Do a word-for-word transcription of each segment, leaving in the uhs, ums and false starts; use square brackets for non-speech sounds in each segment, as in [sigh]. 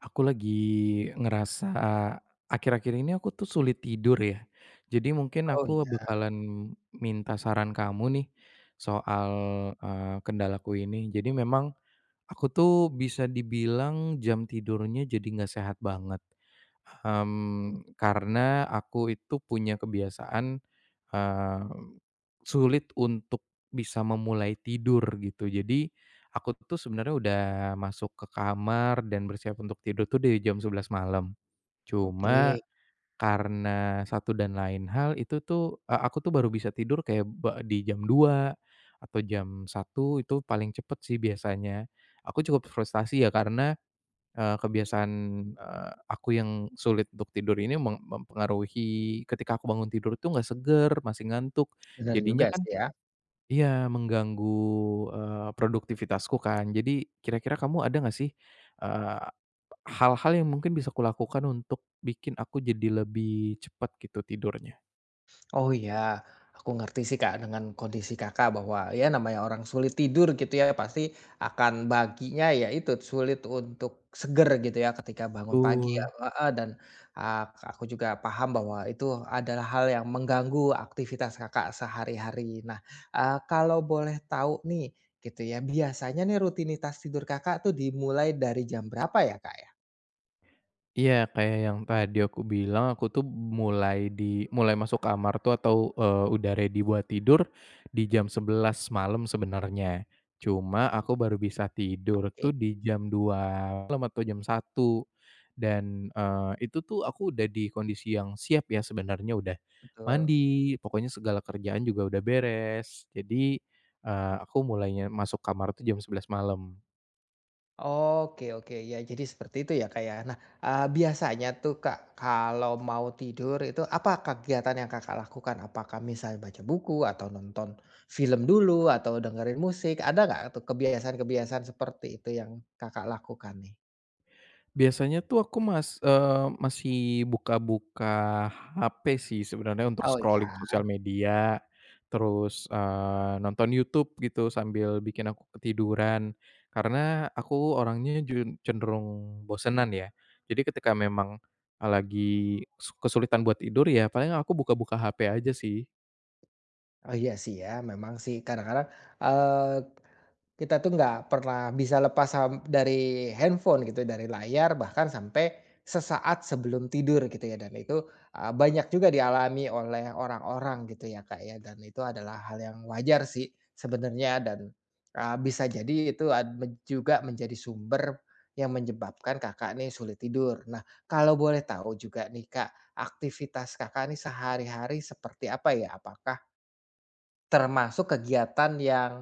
Aku lagi ngerasa akhir-akhir ini aku tuh sulit tidur ya. Jadi mungkin Oh aku iya, bakalan minta saran kamu nih soal, eee, kendalaku ini. Jadi memang aku tuh bisa dibilang jam tidurnya jadi nggak sehat banget. Mmm, karena aku itu punya kebiasaan, eee, sulit untuk bisa memulai tidur gitu. Jadi aku tuh sebenarnya udah masuk ke kamar dan bersiap untuk tidur tuh dari jam sebelas malam. Cuma oke, karena satu dan lain hal itu tuh, eee, aku tuh baru bisa tidur kayak ba di jam dua atau jam satu itu paling cepet sih biasanya. Aku cukup frustasi ya karena Eee, kebiasaan, eee, aku yang sulit untuk tidur ini meng mempengaruhi ketika aku bangun tidur tuh nggak seger, masih ngantuk. benar juga Jadinya kan sih ya. iya, mengganggu, eee, produktivitasku kan. Jadi kira-kira kamu ada nggak sih, eee, hal-hal yang mungkin bisa kulakukan untuk bikin aku jadi lebih cepat gitu tidurnya? Oh iya, aku ngerti sih Kak dengan kondisi Kakak bahwa ya namanya orang sulit tidur gitu ya pasti akan baginya ya itu sulit untuk seger gitu ya ketika bangun pagi ya, Betul. heeh, dan, eee, aku juga paham bahwa itu adalah hal yang mengganggu aktivitas Kakak sehari-hari. Nah, eee, kalau boleh tahu nih gitu ya, biasanya nih rutinitas tidur Kakak tuh dimulai dari jam berapa ya Kak ya? Iya, kayak yang tadi aku bilang, aku tuh mulai di mulai masuk kamar tuh atau, eee, udah ready buat tidur di jam sebelas malam sebenarnya. Cuma aku baru bisa tidur Oke, tuh di jam dua, malam atau jam satu. dan, eee, itu tuh aku udah di kondisi yang siap ya sebenarnya, udah betul. mandi, pokoknya segala kerjaan juga udah beres. Jadi, eee, aku mulainya masuk kamar tuh jam sebelas malam. Oke oke, ya jadi seperti itu ya Kak ya. Nah, eee, biasanya tuh Kak, kalau mau tidur itu apa kegiatan yang Kakak lakukan? Apakah misalnya baca buku atau nonton film dulu atau dengerin musik? Ada nggak tuh kebiasaan-kebiasaan seperti itu yang Kakak lakukan nih? Biasanya tuh aku mas eee, masih buka-buka H P sih sebenarnya untuk Oh ya, scrolling sosial media, terus, eee, nonton YouTube gitu sambil bikin aku ketiduran. Karena aku orangnya jun cenderung bosenan ya. Jadi ketika memang, eee, lagi su kesulitan buat tidur ya paling aku buka-buka H P aja sih. oh iya sih ya, memang sih kadang-kadang, eee kita tuh nggak pernah bisa lepas sam dari handphone gitu, dari layar bahkan sampai sesaat sebelum tidur gitu ya dan itu, eee, banyak juga dialami oleh orang-orang gitu ya, Kak, ya dan itu adalah hal yang wajar sih sebenarnya dan, eee, bisa jadi itu ad men juga menjadi sumber yang menyebabkan Kakak nih sulit tidur. Nah, kalau boleh tahu juga nih, Kak, aktivitas Kakak nih sehari-hari seperti apa ya? Apakah termasuk kegiatan yang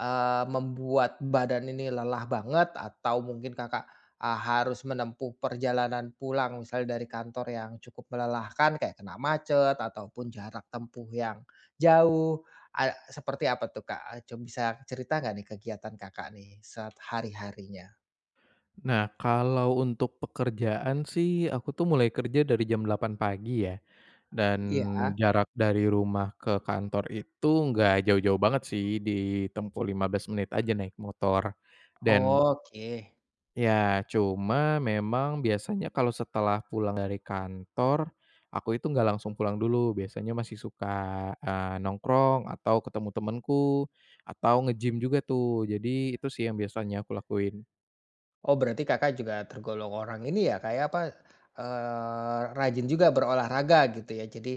eee, membuat badan ini lelah banget atau mungkin Kakak, eee, harus menempuh perjalanan pulang misalnya dari kantor yang cukup melelahkan kayak kena macet ataupun jarak tempuh yang jauh, a seperti apa tuh, Kak? Coba bisa cerita nggak nih kegiatan Kakak nih saat hari-harinya? Nah, kalau untuk pekerjaan sih, aku tuh mulai kerja dari jam delapan pagi ya, dan Iya, jarak dari rumah ke kantor itu nggak jauh-jauh banget sih, ditempuh lima belas menit aja naik motor. Dan, oke. ya cuma memang biasanya kalau setelah pulang dari kantor, aku itu nggak langsung pulang dulu, biasanya masih suka, eee, nongkrong atau ketemu temenku, atau nge-gym juga tuh. Jadi itu sih yang biasanya aku lakuin. Oh, berarti Kakak juga tergolong orang ini ya, kayak apa, eee, rajin juga berolahraga gitu ya. Jadi,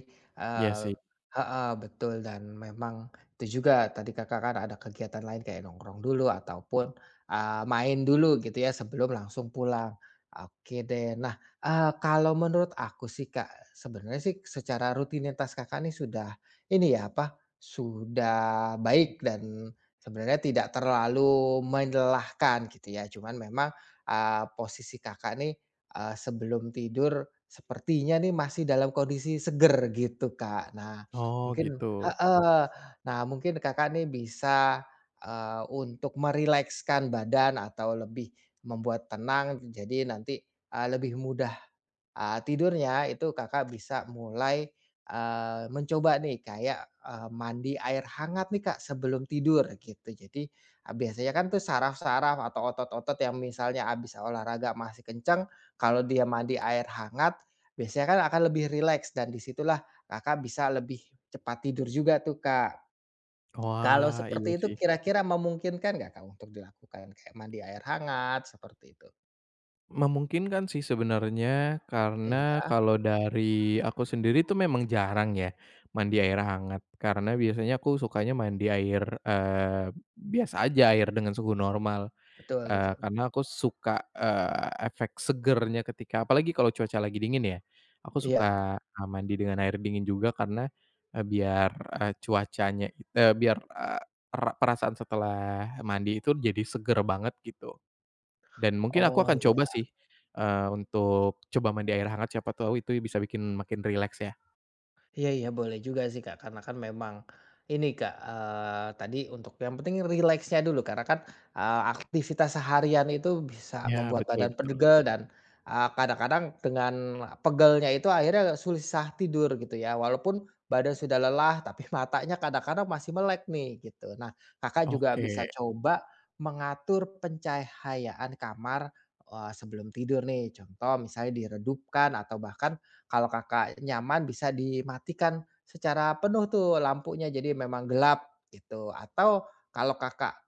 Iya eee sih. heeh, betul dan memang itu juga tadi Kakak kan ada kegiatan lain kayak nongkrong dulu ataupun, eee, main dulu gitu ya sebelum langsung pulang. Oke deh. Nah, eee, kalau menurut aku sih, Kak, sebenarnya sih secara rutinitas Kakak nih sudah ini ya, apa, sudah baik dan sebenarnya tidak terlalu melelahkan gitu ya. Cuman memang eee, posisi Kakak nih, eee, sebelum tidur sepertinya nih masih dalam kondisi seger gitu, Kak. Nah Oh, mungkin gitu. heeh, nah mungkin Kakak nih bisa, eee, untuk merilekskan badan atau lebih membuat tenang jadi nanti, eee, lebih mudah eee, tidurnya itu Kakak bisa mulai, eee, mencoba nih kayak, eee, mandi air hangat nih Kak sebelum tidur gitu. Jadi, eee, biasanya kan tuh saraf-saraf atau otot-otot yang misalnya abis olahraga masih kencang, kalau dia mandi air hangat biasanya kan akan lebih rileks dan disitulah Kakak bisa lebih cepat tidur juga tuh Kak. Kalau Wah, iya seperti itu sih. kira-kira memungkinkan nggak Kak untuk dilakukan kayak mandi air hangat seperti itu? Memungkinkan sih sebenarnya, karena Iya, kalau dari aku sendiri tuh memang jarang ya mandi air hangat. Karena biasanya aku sukanya mandi air, eee, biasa aja, air dengan suhu normal. betul Eee, betul. karena aku suka, eee, efek segernya ketika apalagi kalau cuaca lagi dingin ya, aku Iya, suka, eee, mandi dengan air dingin juga karena, eee, biar, eee, cuacanya eee, biar, eee, ra perasaan setelah mandi itu jadi seger banget gitu. Dan mungkin aku oh. akan coba sih, eee, untuk coba mandi air hangat siapa tahu itu bisa bikin makin rileks ya. Iya iya, boleh juga sih, Kak, karena kan memang ini, Kak, eee, tadi untuk yang penting rileksnya dulu karena kan, eee, aktivitas seharian itu bisa Ya, membuat betul badan betul. pegel dan, eee, kadang-kadang dengan pegelnya itu akhirnya susah tidur gitu ya, walaupun badan sudah lelah [laughs] tapi matanya kadang-kadang masih melek nih gitu. Nah, Kakak juga bisa Oke. coba mengatur pencahayaan kamar, eee, sebelum tidur nih, contoh misalnya diredupkan atau bahkan kalau Kakak nyaman bisa dimatikan secara penuh tuh lampunya, jadi memang gelap gitu. Atau kalau Kakak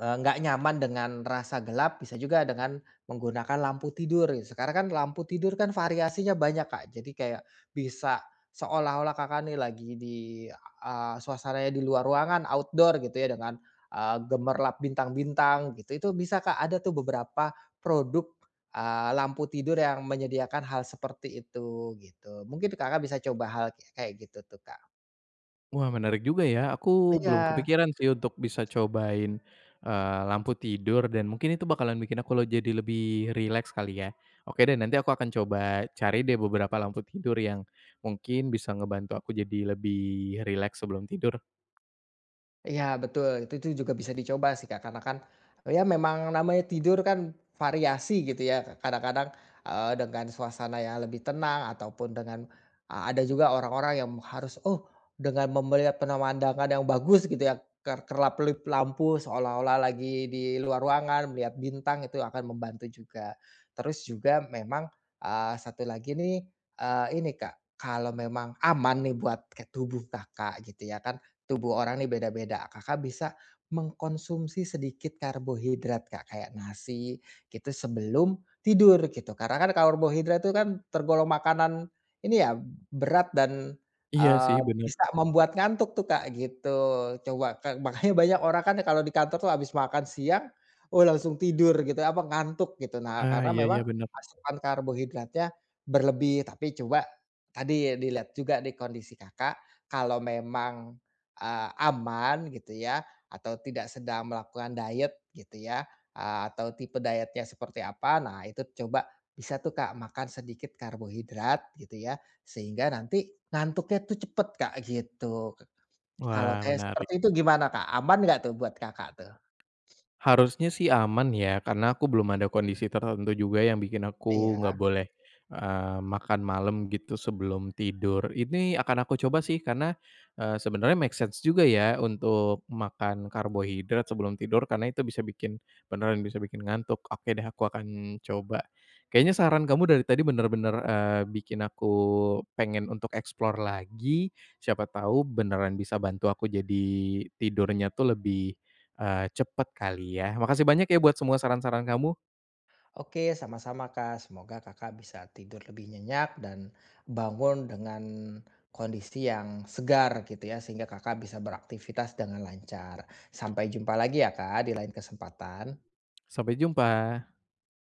eee, nggak nyaman dengan rasa gelap, bisa juga dengan menggunakan lampu tidur gitu. Sekarang kan lampu tidur kan variasinya banyak, Kak. Jadi kayak bisa seolah-olah Kakak nih lagi di, eee, suasananya di luar ruangan, outdoor gitu ya dengan, eee, gemerlap bintang-bintang gitu. Itu bisa, Kak, ada tuh beberapa produk, eee, lampu tidur yang menyediakan hal seperti itu gitu. Mungkin Kakak bisa coba hal kayak gitu tuh, Kak. Wah, menarik juga ya, aku Iya. belum kepikiran sih untuk bisa cobain, eee, lampu tidur dan mungkin itu bakalan bikin aku lo jadi lebih rileks kali ya. Oke deh, nanti aku akan coba cari deh beberapa lampu tidur yang mungkin bisa ngebantu aku jadi lebih rileks sebelum tidur. Iya betul, itu itu juga bisa dicoba sih Kak, karena kan, ya memang namanya tidur kan variasi gitu ya, kadang-kadang, eee, dengan suasana yang lebih tenang ataupun dengan a ada juga orang-orang yang harus, oh dengan melihat pemandangan yang bagus gitu ya, ker kerlap-kelip lampu seolah-olah lagi di luar ruangan, melihat bintang itu akan membantu juga. Terus juga memang, eee, satu lagi nih, eee, ini Kak, kalau memang aman nih buat ke tubuh Kakak gitu ya kan, tubuh orang nih beda-beda, Kakak bisa mengkonsumsi sedikit karbohidrat, Kak, kayak nasi gitu sebelum tidur gitu. Karena kan karbohidrat itu kan tergolong makanan ini ya berat dan, Iya sih, eee, bener. bisa membuat ngantuk tuh, Kak, gitu. Coba Kak, makanya banyak orang kan kalau di kantor tuh habis makan siang, oh langsung tidur gitu, apa ngantuk gitu. Nah, Ah, karena iya memang iya, bener. asupan karbohidratnya berlebih, tapi coba tadi dilihat juga di kondisi Kakak, kalau memang eee, aman gitu ya, atau tidak sedang melakukan diet gitu ya, eee, atau tipe dietnya seperti apa. Nah itu coba bisa tuh Kak makan sedikit karbohidrat gitu ya, sehingga nanti ngantuknya tuh cepet Kak gitu. Kalau Wah, kayak menarik. seperti itu gimana Kak? Aman nggak tuh buat Kakak tuh? Harusnya sih aman ya, karena aku belum ada kondisi tertentu juga yang bikin aku nggak Iya. boleh, eee, makan malam gitu sebelum tidur. Ini akan aku coba sih karena, eee, sebenarnya make sense juga ya untuk makan karbohidrat sebelum tidur karena itu bisa bikin beneran bisa bikin ngantuk. Oke deh aku akan coba. Kayaknya saran kamu dari tadi bener-bener, eee, bikin aku pengen untuk explore lagi, siapa tahu beneran bisa bantu aku jadi tidurnya tuh lebih Eee, cepet kali ya. Makasih banyak ya buat semua saran-saran kamu. Oke, sama-sama Kak. Semoga Kakak bisa tidur lebih nyenyak dan bangun dengan kondisi yang segar gitu ya, sehingga Kakak bisa beraktivitas dengan lancar. Sampai jumpa lagi ya Kak di lain kesempatan. Sampai jumpa.